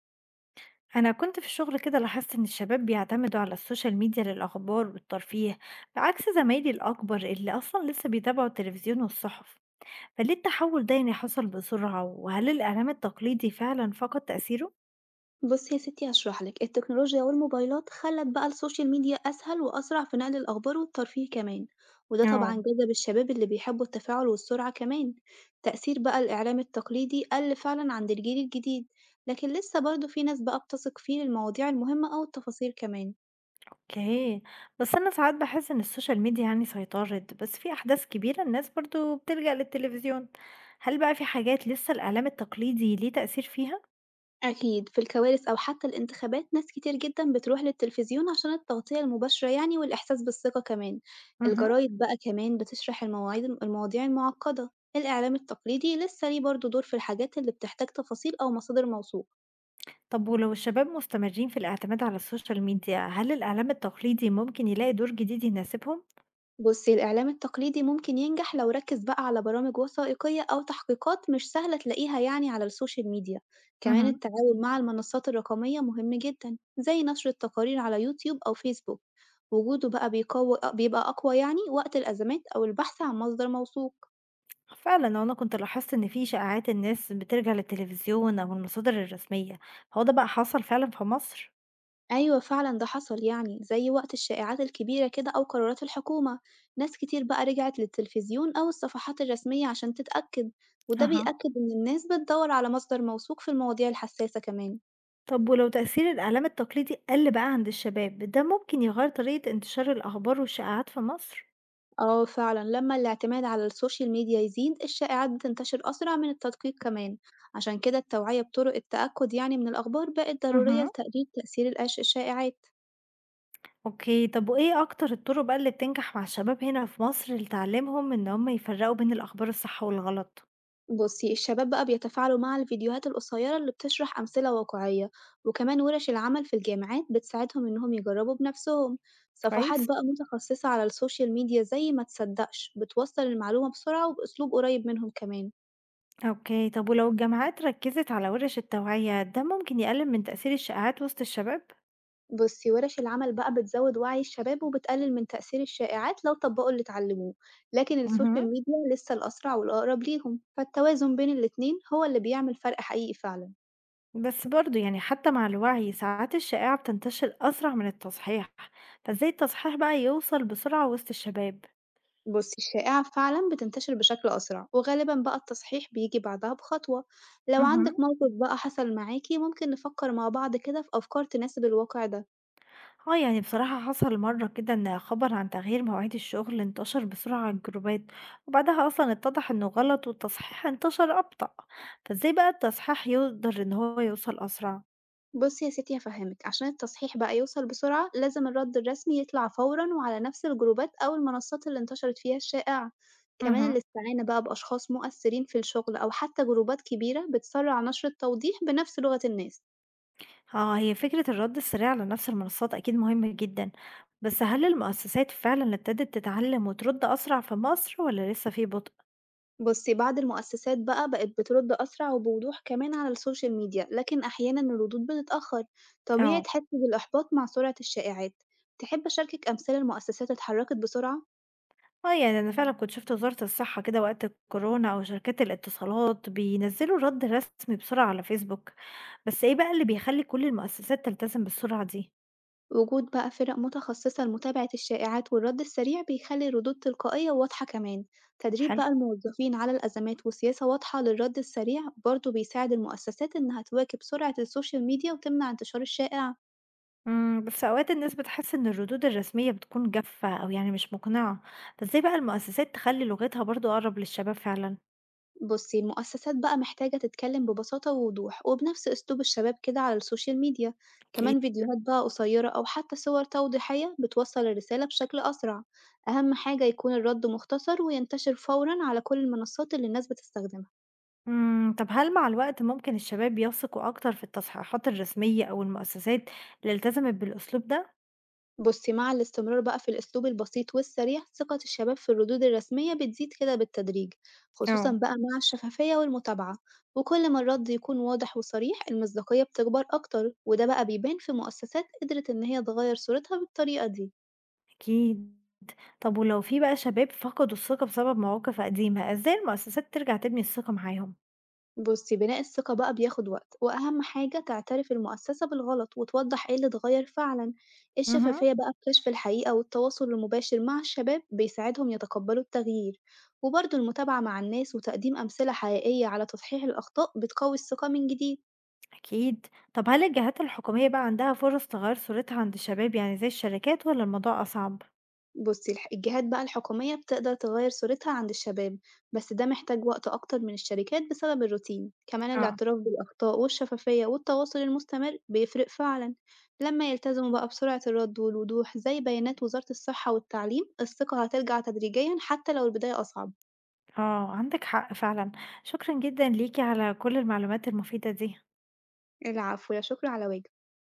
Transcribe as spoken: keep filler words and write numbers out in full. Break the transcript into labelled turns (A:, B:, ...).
A: أنا كنت في الشغل كده لاحظت إن الشباب بيعتمدوا على السوشيال ميديا للأخبار والترفيه، بعكس زمايلي الأكبر اللي أصلا لسه بيتابعوا التلفزيون والصحف. فليه التحول ده يعني حصل بسرعة، وهل الإعلام التقليدي فعلا فقد تأثيره؟
B: بصي يا ستي هشرح لك. التكنولوجيا والموبايلات خلت بقى السوشيال ميديا أسهل وأسرع في نقل الأخبار والترفيه كمان، وده
A: اه.
B: طبعا جذب الشباب اللي بيحبوا التفاعل والسرعة كمان. تأثير بقى الإعلام التقليدي قل فعلا عند الجيل الجديد، لكن لسه برضه في ناس بقى بتثق فيه للمواضيع المهمة أو التفاصيل كمان.
A: اوكي. بس أنا ساعات بحس إن السوشيال ميديا يعني سيطرت، بس في أحداث كبيرة الناس برضو بتلجأ للتلفزيون. هل بقى في حاجات لسه الإعلام التقليدي ليه تأثير فيها؟
B: أكيد في الكوارث أو حتى الانتخابات ناس كتير جدا بتروح للتلفزيون عشان التغطية المباشرة يعني والإحساس بالثقة كمان. الجرايد بقى كمان بتشرح المواعيد المواضيع المعقدة. الإعلام التقليدي لسه ليه برضه دور في الحاجات اللي بتحتاج تفاصيل أو مصادر موثوقة.
A: طب ولو الشباب مستمرين في الاعتماد على السوشيال ميديا، هل الإعلام التقليدي ممكن يلاقي دور جديد يناسبهم؟
B: بُصّي، الإعلام التقليدي ممكن ينجح لو ركّز بقى على برامج وثائقية أو تحقيقات مش سهلة تلاقيها يعني على السوشيال ميديا، كمان
A: مهم.
B: التعاون مع المنصات الرقمية مهم جدًا، زي نشر التقارير على يوتيوب أو فيسبوك، وجوده بقى بيقوي أ بيبقى أقوى يعني وقت الأزمات أو البحث عن مصدر موثوق.
A: فعلا أنا كنت لاحظت إن في شائعات الناس بترجع للتلفزيون أو المصادر الرسمية. هو ده بقى حصل فعلا في مصر؟
B: أيوه فعلًا ده حصل يعني، زي وقت الشائعات الكبيرة كده أو قرارات الحكومة، ناس كتير بقى رجعت للتلفزيون أو الصفحات الرسمية عشان تتأكد، وده
A: أها.
B: بيأكد إن الناس بتدور على مصدر موثوق في المواضيع الحساسة كمان.
A: طب ولو تأثير الإعلام التقليدي قل بقى عند الشباب، ده ممكن يغير طريقة انتشار الأخبار والشائعات في مصر؟
B: آه فعلًا لما الاعتماد على السوشيال ميديا يزيد الشائعات بتنتشر أسرع من التدقيق كمان، عشان كده التوعية بطرق التأكد يعني من الأخبار بقت ضرورية
A: مهم.
B: لتقليل تأثير الأش الشائعات.
A: اوكي. طب وإيه أكتر الطرق بقى اللي بتنجح مع الشباب هنا في مصر لتعلمهم إن هم يفرقوا بين الأخبار الصح والغلط؟
B: بُصّي، الشباب بقى بيتفاعلوا مع الفيديوهات القصيرة اللي بتشرح أمثلة واقعية، وكمان ورش العمل في الجامعات بتساعدهم إنهم يجربوا بنفسهم، صفحات
A: كويس؟
B: بقى متخصصة على السوشيال ميديا زي ما تصدقش بتوصّل المعلومة بسرعة وبأسلوب قريب منهم كمان.
A: أوكي، طب ولو الجامعات ركّزت على وِرِش التوعية، ده ممكن يقلل من تأثير الشائعات وسط الشباب؟
B: بُصّي، ورش العمل بقى بتزود وعي الشباب وبتقلل من تأثير الشائعات لو طبقوا اللي اتعلموه، لكن
A: اهم.
B: السوشيال ميديا لسه الأسرع والأقرب ليهم، فالتوازن بين الاتنين هو اللي بيعمل فرق حقيقي فعلًا.
A: بس برضه يعني حتى مع الوعي ساعات الشائعة بتنتشر أسرع من التصحيح، فإزاي التصحيح بقى يوصل بسرعة وسط الشباب؟
B: بُصّي، الشائعة فعلًا بتنتشر بشكل أسرع، وغالبًا بقى التصحيح بييجي بعدها بخطوة. لو
A: اهم.
B: عندِك موقف بقى حصل معاكِ، ممكن نفكر مع بعض كده في أفكار تناسب الواقع ده.
A: آه، يعني بصراحة حصل مرة كده إن خبر عن تغيير مواعيد الشغل انتشر بسرعة على الجروبات، وبعدها أصلًا اتضح إنه غلط والتصحيح انتشر أبطأ، فإزاي بقى التصحيح يقدر إن هو يوصل أسرع؟
B: بُصّي يا ستي هافهمِك، عشان التصحيح بقى يوصل بسرعة، لازم الرد الرسمي يطلع فورًا وعلى نفس الجروبات أو المنصات اللي انتشرت فيها الشائعة. كمان
A: اهم.
B: الاستعانة بقى بأشخاص مؤثرين في الشغل أو حتى جروبات كبيرة بتسرع نشر التوضيح بنفس لغة الناس.
A: آه، هي فكرة الرد السريع على نفس المنصات أكيد مهمة جدًا، بس هل المؤسسات فعلًا ابتدت تتعلم وترد أسرع في مصر والّا لسه في بطء؟
B: بُصّي، بعض المؤسسات بقى بقت بترد أسرع وبوضوح كمان على السوشيال ميديا، لكن أحيانًا الردود بتتأخر، طبيعي
A: آه،
B: تحسي بالإحباط مع سرعة الشائعات. تحب أشاركِك أمثال المؤسسات اتحركت بسرعة؟
A: آه، يعني أنا فعلًا كنت شُفت وزارة الصحة كده وقت الكورونا أو شركات الاتصالات بينزّلوا رد رسمي بسرعة على فيسبوك، بس إيه بقى اللي بيخلّي كل المؤسسات تلتزم بالسرعة دي؟
B: وجود بقى فرق متخصصة لمتابعة الشائعات والرد السريع بيخلي الردود تلقائية وواضحة كمان. تدريب
A: حلو.
B: بقى الموظفين على الأزمات وسياسة واضحة للرد السريع برضه بيساعد المؤسسات إنها تواكب سرعة السوشيال ميديا وتمنع انتشار الشائع.
A: إمم، بس أوقات الناس بتحس إن الردود الرسمية بتكون جافة أو يعني مش مقنعة، فإزاي بقى المؤسسات تخلّي لغتها برضه أقرب للشباب فعلًا؟
B: بُصّي، المؤسسات بقى محتاجة تتكلم ببساطة ووضوح، وبنفس أسلوب الشباب كده على السوشيال ميديا، كمان فيديوهات بقى قصيرة أو حتى صور توضيحية بتوصّل الرسالة بشكل أسرع، أهم حاجة يكون الرد مختصر وينتشر فورًا على كل المنصات اللي الناس بتستخدمها.
A: إمم، طب هل مع الوقت ممكن الشباب يثقوا أكتر في التصحيحات الرسمية أو المؤسسات اللي التزمت بالأسلوب ده؟
B: بُصّي، مع الاستمرار بقى في الأسلوب البسيط والسريع، ثقة الشباب في الردود الرسمية بتزيد كده بالتدريج، خصوصًا
A: آه.
B: بقى مع الشفافية والمتابعة، وكل ما الرد يكون واضح وصريح المصداقية بتكبر أكتر، وده بقى بيبان في مؤسسات قدرت إن هي تغير صورتها بالطريقة دي.
A: أكيد. طب ولو في بقى شباب فقدوا الثقة بسبب مواقف قديمة، إزاي المؤسسات ترجع تبني الثقة معاهم؟
B: بُصّي، بناء الثقة بقى بياخد وقت، وأهم حاجة تعترف المؤسسة بالغلط وتوضح إيه اللي اتغير فعلًا.
A: اهم.
B: الشفافية بقى في كشف الحقيقة والتواصل المباشر مع الشباب بيساعدهم يتقبلوا التغيير، وبرضه المتابعة مع الناس وتقديم أمثلة حقيقية على تصحيح الأخطاء بتقوي الثقة من جديد.
A: أكيد. طب هل الجهات الحكومية بقى عندها فرص تغير صورتها عند الشباب يعني زي الشركات والّا الموضوع أصعب؟
B: بُصّي، الح الجهات بقى الحكومية بتقدر تغيّر صورتها عند الشباب، بس ده محتاج وقت أكتر من الشركات بسبب الروتين، كمان
A: آه.
B: الاعتراف بالأخطاء والشفافية والتواصل المستمر بيفرق فعلًا، لمّا يلتزموا بقى بسرعة الرد والوضوح زي بيانات وزارة الصحة والتعليم، الثقة هترجع تدريجيًا حتى لو البداية أصعب.
A: آه، عندك حق فعلًا، شكرًا جدًا ليكِ على كل المعلومات المفيدة دي.
B: العفو، لا شكر على واجب.